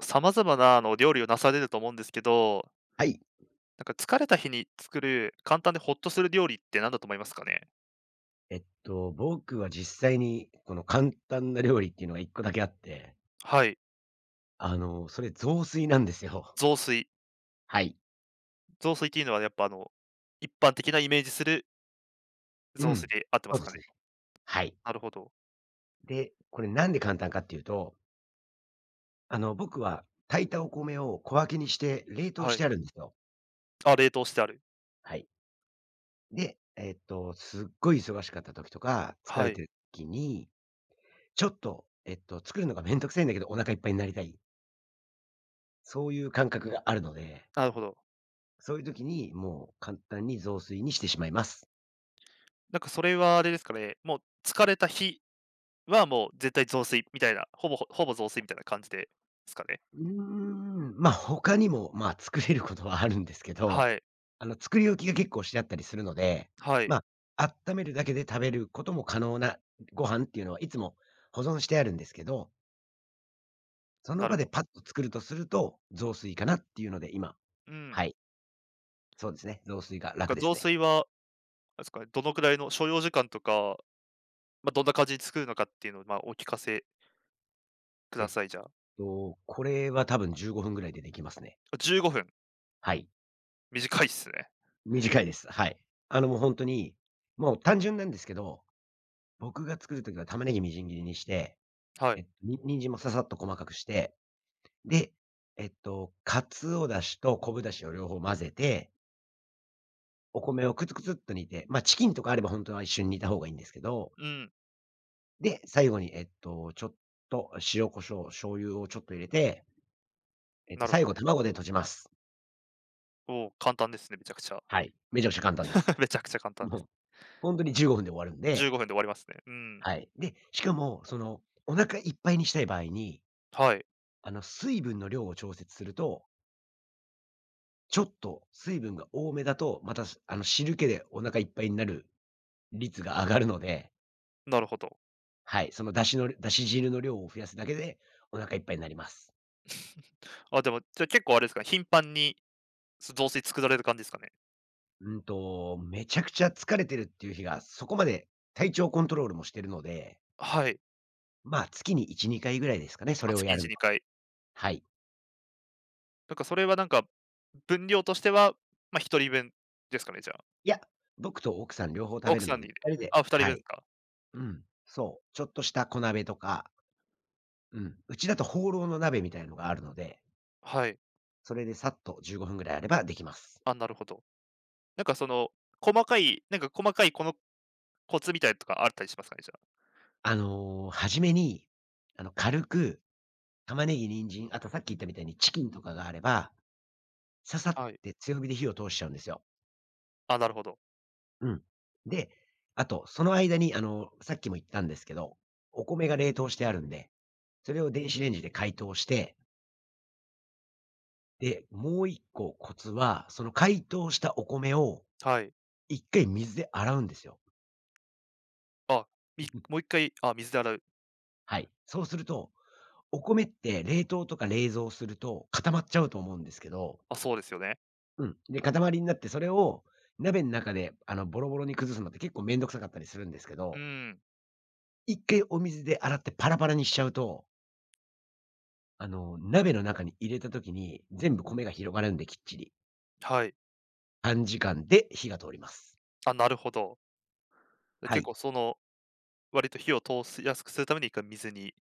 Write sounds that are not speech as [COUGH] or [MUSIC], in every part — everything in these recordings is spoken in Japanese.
様々な料理をなされると思うんですけど、はい。なんか疲れた日に作る簡単でほっとする料理って何だと思いますかね？僕は実際に、この簡単な料理っていうのが1個だけあって、はい、それ雑炊なんですよ。雑炊。はい。雑炊っていうのはやっぱ一般的なイメージするう雑炊ん。で合ってまそうすでかすね。ね？はい。なるほど。で、これなんで簡単かっていうと、僕は炊いたお米を小分けにして冷凍はしい。てあるんですよ。あ、冷凍してある。はい。で、すっごい忙しかった時とか、疲はれい、てる時に、ちょっと、作るのがめんどくさいんだけど、お腹いっぱいになりたい。そういう感覚があるので、なるほど。そういう時にもう簡単に雑炊にしてしまいます。なんかそれはあれですかね、もう疲れた日はもう絶対雑炊みたいな、ほぼ雑炊みたいな感じですかね？他にも、作れることはあるんですけど、はい、作り置きが結構してあったりするので、はい、ま、温めるだけで食べることも可能なご飯っていうのはいつも保存してあるんですけど、そのなる場ほでパッど。と作るとすると、雑炊かなっていうので、うはん。い、そうですね、雑炊がなんか楽です雑ね。炊は、あれですかね、どのくらいの所要時間とか、まあ、どんな感じに作るのかっていうのを、まあ、お聞かせくえだっさい、じゃあ。これは多分15分ぐらいでできますね。あ、15分、はい。短いっすね。短いです。はい。もう本当に、もう単純なんですけど、僕が作るときは玉ねぎみじん切りにしてはい。人参もささっと細かくして、で、鰹出汁と昆布出汁を両方混ぜて、お米をくつくつっと煮て、まあ、チキンとかあれば本当は一緒に煮た方がいいんですけど、うん、で、最後に、ちょっと塩胡椒、醤油をちょっと入れて、なる最ほ後ど。卵でとじます。おー、簡単ですね、めちゃくちゃ。はい。めちゃくちゃ簡単です。[LAUGHS] めちゃくちゃ簡単でもす。う、ほんに15分で終わるん15で、分で終わりますね。うん、はい。で、しかも、お腹いっぱいにしたい場合に、はい、水分の量を調節するとちょっと水分が多めだと、また、すあの、汁気でお腹いっぱいになる率が上がるので、なるほど。はい、その出汁汁の量を増やすだけでお腹いっぱいになります。[LAUGHS] あ、でも、じゃ、結構あれですかね、頻繁に、雑炊作られる感じですかね？めちゃくちゃ疲れてるっていう日が、そこまで体調コントロールもしてるので、はい。まあ、月に1、2回ぐらいですかね、そあ、れを月やる1、のは。2回。はい。なんかそれはなんか、分量としては、ま、1人分ですかね、じゃあ。いや、僕と奥さん両方食べ奥るさのんで、に2人あ、で、2は人分ですい。か？うん、そう、ちょっとした小鍋とか、うん、うちだとホーローの鍋みたいのがあるので、はい。それでさっと15分ぐらいあればできます。あ、なるほど。なんかその、細かいこのコツみたいなのとかあったりしますかね、じゃ。初めに、軽く玉ねぎ、人参、あとさっき言ったみたいにチキンとかがあれば、ささっはい。て強火で火を通しちゃうんですよ。あ。あ、なるほど。うん。で、あと、その間に、さっきも言ったんですけど、お米が冷凍してあるんで、それを電子レンジで解凍して、で、もう一個コツは、その解凍したお米をはい。一回水で洗うんですよ。あ、もう [LAUGHS] 一回、あ、水で洗う。はい。そうすると、お米って冷凍とか冷蔵すると固まっちゃうと思うんですけど、あ、そうですよね。うん。で、塊になって、それを鍋の中で、ボロボロに崩すのって結構めんどくさかったりするんですけうど、ん、一回お水で洗ってパラパラにしちゃうと、鍋の中に入れた時に、全部米が広がるんできっちり。はい。短時間で火が通ります。あ、なるほど。で、は結い。構その、割と火を通しやすくするために一回水に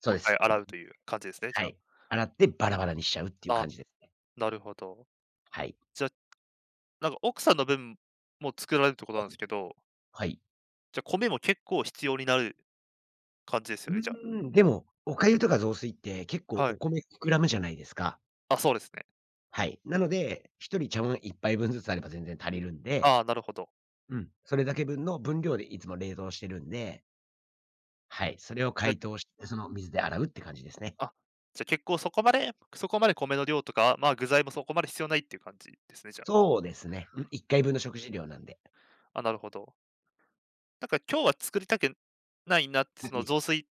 そうもうで一回す。洗うという感じですね、じはゃあ。い。洗ってバラバラにしちゃうっていうあ、感じですね。なるほど。はい。じゃあ、なんか奥さんの分も作られるってことはなんですい。けど、じゃ、米も結構必要になる感じですよね、じゃあ。でも、お粥とか雑炊って結構はおい。米膨らむじゃないですか。あ。そうですね。はい。なので、一人茶碗一杯分ずつあれば全然足りるんで、ああ、なるほど。うん。それだけ分の分量でいつも冷凍してるんで、はい。それを解凍して、その水で洗うって感じですね。あ、じゃ、結構そこまで米の量とか、まあ、具材もそこまで必要ないっていう感じですね、じゃあ。そうですね。うん、1回分の食事量なんで。あ、なるほど。なんか今日は作りたくないなって、うそのん。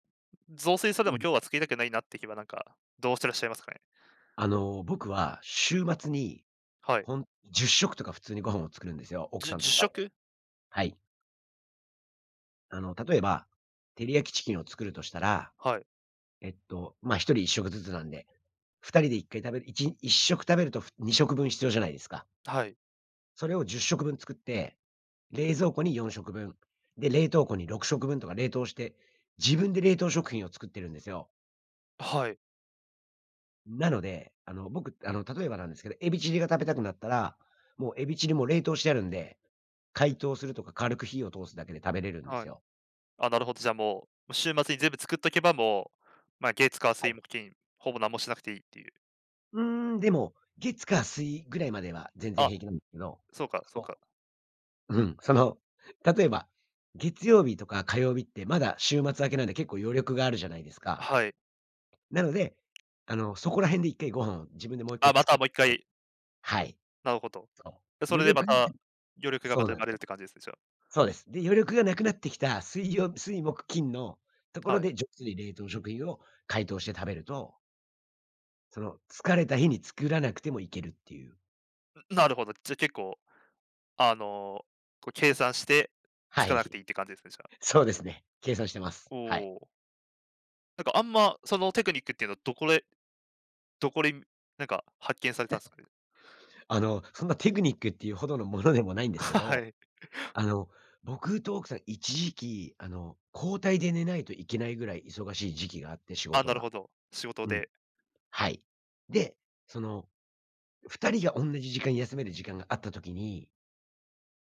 雑炊それでうもん。今日は作りたくないなって日はなんか、どうしてらっしゃいますかね？僕は週末に、はい。ほん10食とか普通にご飯を作るんですよ、奥さ1んと2人で。食？はい。例えば、照り焼きチキンを作るとしたら、はい、まあ、1人1食ずつなんで、2人で1回食べる、いち一食食べると2食分必要じゃないですか。はい、それを10食分作って冷蔵庫に4食分、で、冷凍庫に6食分とか冷凍して、自分で冷凍食品を作ってるんですよ。はい、なので、僕、例えばなんですけど、エビチリが食べたくなったら、もうエビチリも冷凍してあるんで、解凍するとか軽く火を通すだけで食べれるんではすい。よ。あ、なるほど、じゃあもう、週末に全部作っとけばもう、まあ、月、火、水、木、金、ほぼ何もしなくていいっていう。うーでも、月火水ぐらいまでは全然あ、平気なんですけど、そうかそうそか。う、うん、例えば、月曜日とか火曜日ってまだ週末明けなんで結構余力があるじゃないですか。はい。なので、そこら辺で一回ご飯を自分でもう一あ、回また作って、もう一回。はい、なるほど。そで、う。それ余でま力が た [LAUGHS] 余力がまそうたな生んでますれるよ。って感じですね、じゃそうです。で、余力がなくなってきた水木金のとこあ。ろはい。で、上手に冷凍食品を解凍して食べると、その疲れた日に作らなくてもいけるっていう。なるほど。じゃ、結構、あの、こう計算して、つはかい、なくていいって感じですね、じゃあ。[LAUGHS] そうですね。計算してます。おはい。お。なんかあんま、そのテクニックっていうのはどこで、なんか発見されたんですかね？そんなテクニックっていうほどのものでもないん [LAUGHS] ですけはど、い。あの、僕と奥さん一時期、交代で寝ないといけないぐらい忙しい時期があって、仕あ、事なるが。ほど。仕事うん、で。はい。で、その2人が同じ時間に休める時間があった時に、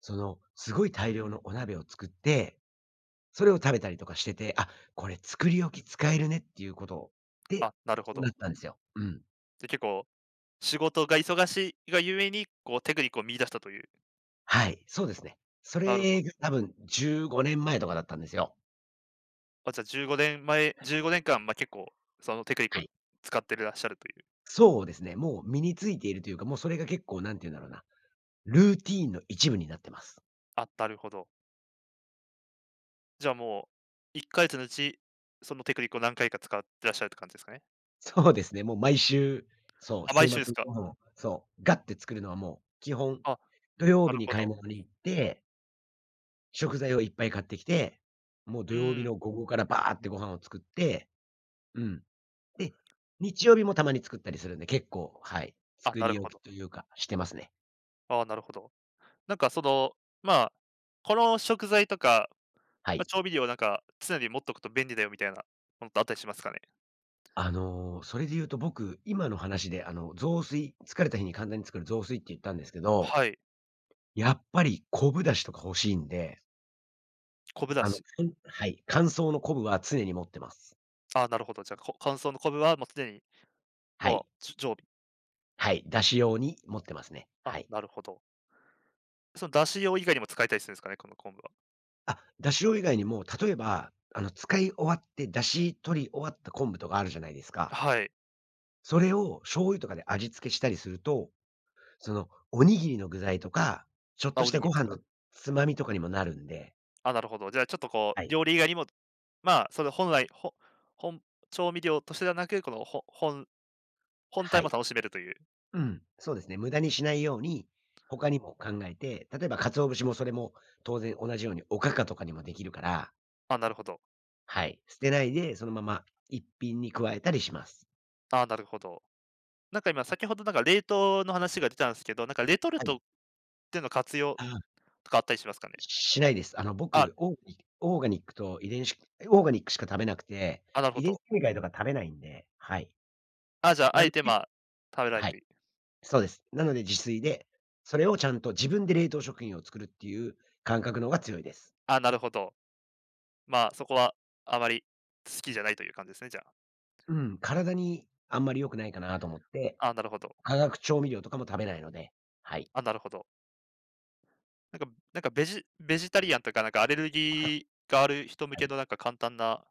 すごい大量のお鍋を作って、それを食べたりとかしてて、あ、これ作り置き使えるねっていうことで、あ、なるほそうなど。ったんですよ。うん。じゃ、結構、仕事が忙しいがゆえに、こうテクニックを見出したという。はい、そうですね。そなるほれがど。多分15年前とかだったんですよ。あ、じゃあ15年前、15年間、まえ、じゅうごねんかん、まあ結構、そのテクニックをはい。使ってるらっしゃるという。そうですね、もう身についているというか、もうそれが結構なんて言うんだろうな、ルーティーンの一部になってます。あ、なるほど。じゃあもう、1か月のうち、そのテクニックを何回か使ってらっしゃるって感じですかね？そうですね、もう毎週、そう、あ、毎週週末ですにか？ご飯を、そう、ガッて作るのはもう基本、あ、土曜な日るにほ買いど。物に行って食材をいっぱい買ってきて、もう土う曜日ん。の午後からバーってご飯を作って、うん。で、日曜日もたまに作ったりするんで、結構、はい、あ、作なるりほ置きど。というか、してますね。ああ、なるほど。なんかその、まあ、この食材とか、はまあ、い。調味料なんか常に持っとくと便利だよみたいなものってあったりしますかね？それで言うと僕、今の話で、雑炊、疲れた日に簡単に作る雑炊って言ったんですけど、はい、やっぱり昆布だしとか欲しいんで、昆布だし。はい、乾燥の昆布は常に持ってます。ああ、なるほど。じゃあ、乾燥の昆布はもう常に、はもい。う、常備。はい、出汁用に持ってますね。あ、はい。なるほど。その出汁用以外にも使えたりするんですかね？この昆布は。あ、出汁用以外にも、例えば、使い終わって出汁取り終わった昆布とかあるじゃないですか。はい。それを醤油とかで味付けしたりすると、おにぎりの具材とか、ちょっあ、としおにたぎごりと飯か。のつまみとかにもなるんで。あ、なるほど。じゃあちょっとこはう、い。料理以外にも、まあ、それ本来、本調味料としてではなく、この本は体もい。楽しめるという。うん、そうですね。無駄にしないように、他にも考えて、例えば鰹節もそれも当然同じようにおかかとかにもできるから、あ、なるほど。はい。捨てないで、そのまま一品に加えたりします。あ、なるほど。なんか今、先ほどなんか冷凍の話が出たんですけど、なんかレトルはい。トでの活用とかあったりしますかね？しないです。あ、僕、オーガニックと遺伝子オーガニックしか食べなくて、あ、なるほ遺伝ど。子組み換えとか食べないんで、はい。あ、じゃあ、あなえのて、まで、あ、食べないはとい、いう。そうです。なので自炊で、それをちゃんと自分で冷凍食品を作るっていう感覚の方が強いです。あ、なるほど。ま、あそこはあまり好きじゃないという感じですね、じゃあ。うん、体にあんまり良くないかなと思って、あ、なるほど。化学調味料とかも食べないので、はい。あ、なるほど。なんかベジタリアンとか、なんかアレル [LAUGHS] ギーがある人向はけい。のなんか簡単な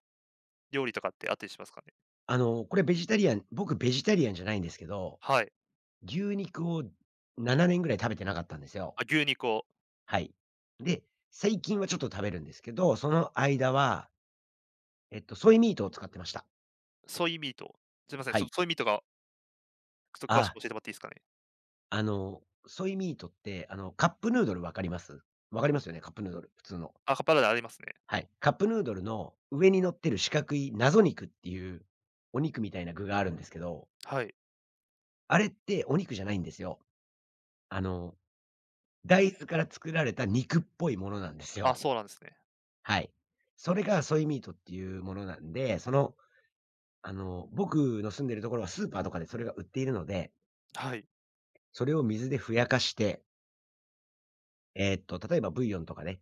料理とかってあったりしますかね？これベジタリアン僕ベジタリアンじゃないんですけど、はい。牛肉を7年ぐらい食べてなかったんですよ。あ、牛肉を、はい。で、最近はちょっと食べるんですけど、その間は、ソイミートを使ってました。ソイミート。すいません、はい。ソイミートがちょっと詳しくあ、教えてもらっていいですかね？あの、ソイミートって、カップヌードルわかりますよね、カップヌードル、普通の。あ、カッパラダありますね。はい。カップヌードルの上に乗ってる四角い謎肉っていうお肉みたいな具があるんですけど、はい。あれってお肉じゃないんですよ。あの、大豆から作られた肉っぽいものなんですあ、よ。そうなんですね。はい。それがソイミートっていうものなんで、その僕の住んでるところはスーパーとかでそれが売っているので、はい、それを水でふやかして、例えばブイヨンとかね、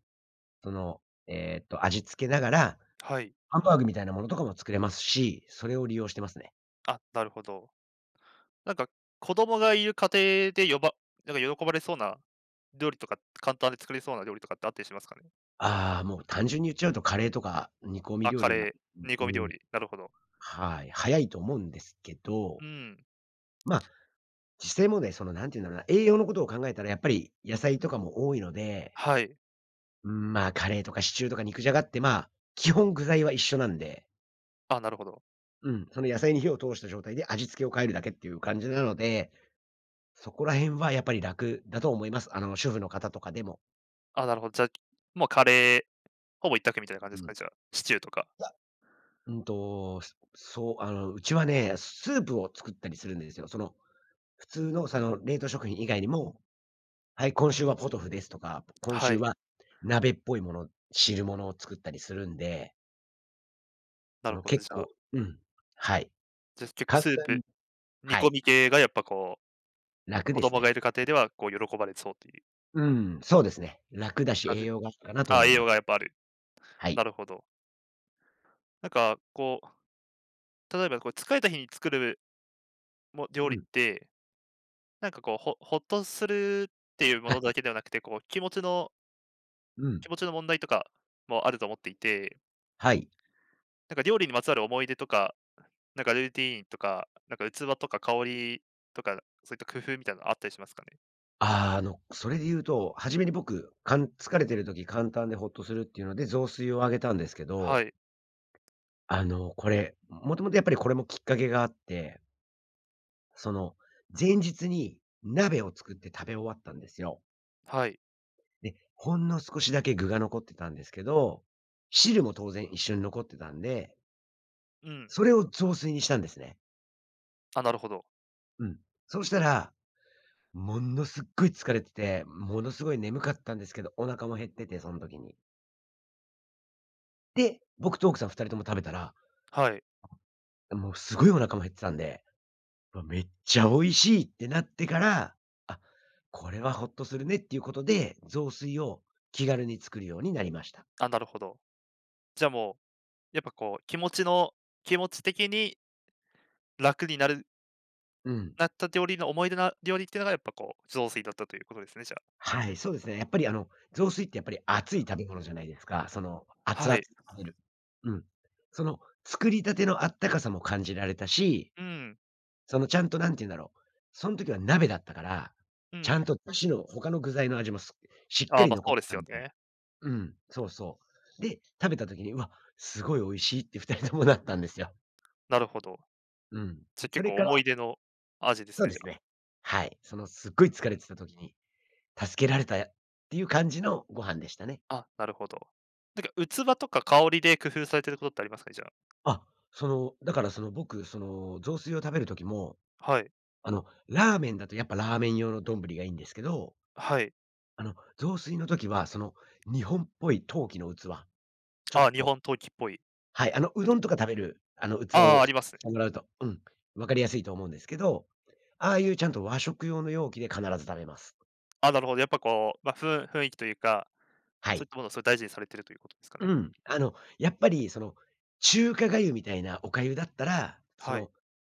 その、味付けながら、はい。ハンバーグみたいなものとかも作れますし、それを利用してますね。あ、なるほど。なんか、子供がいる家庭でなんか喜ばれそうな料理とか、簡単で作れそうな料理とかってあったりしますかね？ああ、もう単純に言っちゃうとカレーとか煮込みあ、料カ理が、レー、煮う込み料ん、理、なるほど。はい、早いと思うんですけど、うん、まあ、実際もねその、なんていうんだろうな、栄養のことを考えたらやっぱり野菜とかも多いので、はい。うん、まあ、カレーとかシチューとか肉じゃがって、まあ、基本具材は一緒なんで、あ、なるほど。うん、その野菜に火を通した状態で味付けを変えるだけっていう感じなので、そこら辺はやっぱり楽だと思います。あの、主婦の方とかでも。あ、なるほど。じゃ、もうカレー、ほぼ一択みたいな感じでうすかん。ね、じゃあ。シチューとか。いや、うんと、そそう、うちはね、スープを作ったりするんですよ。その、普通のその冷凍食品以外にも、はい、今週はポトフですとか、今は週い、は鍋っぽいもの、汁物を作ったりするんで、なそるのほど、結じゃあ、構うん、はい。じゃ、結構簡スープ、単煮は込い。み系がやっぱこう、楽子です供がね。いる家庭ではこう喜ばれそうっていううん、そうですね。楽だし、感栄じ。養があるかなとあ、思い栄ま養す。がやっぱある。はい。なるほど。なんかこう、例えばこう疲れた日に作るも料う理っん。て、なんかこう、ほっとするっていうもあ、のだけではなくて、こううん。気持ちの問題とかもあると思っていて、はい。なんか料理にまつわる思い出とか、なんかルーティーンとか、なんか器とか香りとか、そういった工夫みたいなのあったりしますかね？あーそれで言うと、初めに僕、疲れてる時、簡単でほっとするっていうので、雑炊をあげたんですけはど、い、これ、もともとやっぱりこれもきっかけがあって、その、前日に鍋を作って食べ終わったんですよ。はい。で、ほんの少しだけ具が残ってたんですけど、汁も当然一緒に残ってたんで、うん。それを雑炊にしたんですね。あ、なるほど。うん。そうしたら、ものすっごい疲れてて、ものすごい眠かったんですけど、お腹も減ってて、その時に。で、僕と奥さん2人とも食べたら、はい。もうすごいお腹も減ってたんで、「わ、めっちゃ美味しい」ってなってから、あ、これはほっとするねっていうことで、雑炊を気軽に作るようになりました。あ、なるほど。じゃあもう、やっぱこう気持ち的に楽になるうん。なった料理の思い出な料理っていうのがやっぱこう雑炊だったということですね、じゃはい、そうですね。やっぱり雑炊ってやっぱり熱い食べ物じゃないですか。その、あ。熱は々い。食べる。うん。その、作りたてのあったかさも感じられたし、うん、そのちゃんとなんて言うんだろう、その時は鍋だったから、うちゃん。んと出汁の他の具材の味もしっあかあ、りま、残っそうですたんよで、ね。うん、そうそう。で、食べた時に、うわ、すごい美味しいって二人ともなったんですよ。なるほど。うん。じゃ、そ結れ構から思い出の味でそすうね、でじゃすあ。ね。はい。そのすっごい疲うれん。てた時に、助けられたっていう感じのご飯でしたね。あ、なるほど。なんか器とか香りで工夫されてることってありますかね、じゃあ。あ、その、だからその僕、その雑炊を食べる時も、はい。ラーメンだとやっぱラーメン用のどんぶりがいいんですけど、はい。雑炊の時はその日本っぽい陶器の器、ちょっああ、日と本陶器っぽい。はい、ちうょっどと、んとか食べる、器ああ、をあしりますね。てもらうと、うん、分かりやすいと思うんですけど、ああいうちゃんと和食用の容器で必ず食べます。あ、なるほど。やっぱこう、ま、雰囲気というか、はそういっい。たものをすごい大事にされてるということですかね。うん。やっぱりその、中華粥みたいなお粥だったら、そはい。の、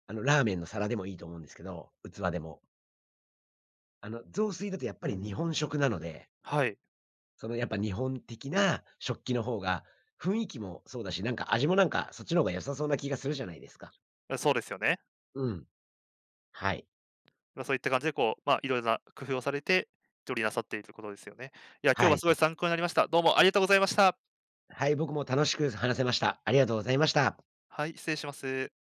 ラーメンの皿でもいいと思うんですけど、器でも。雑炊だとやっぱり日本食なので、はい。そのやっぱ日本的な食器の方が、雰囲気もそうだし、なんか味もなんかそっちの方が良さそうな気がするじゃないですか。あ、そうですよね。うん。はい。ま、そういった感じでこう、ま、いろいろな工夫をされて、料理なさっているということですよね。いや、今日ははい、すごそいう参考になりました。どうもありがとうございました。はい、僕も楽しく話せました。ありがとうございました。はい、失礼します。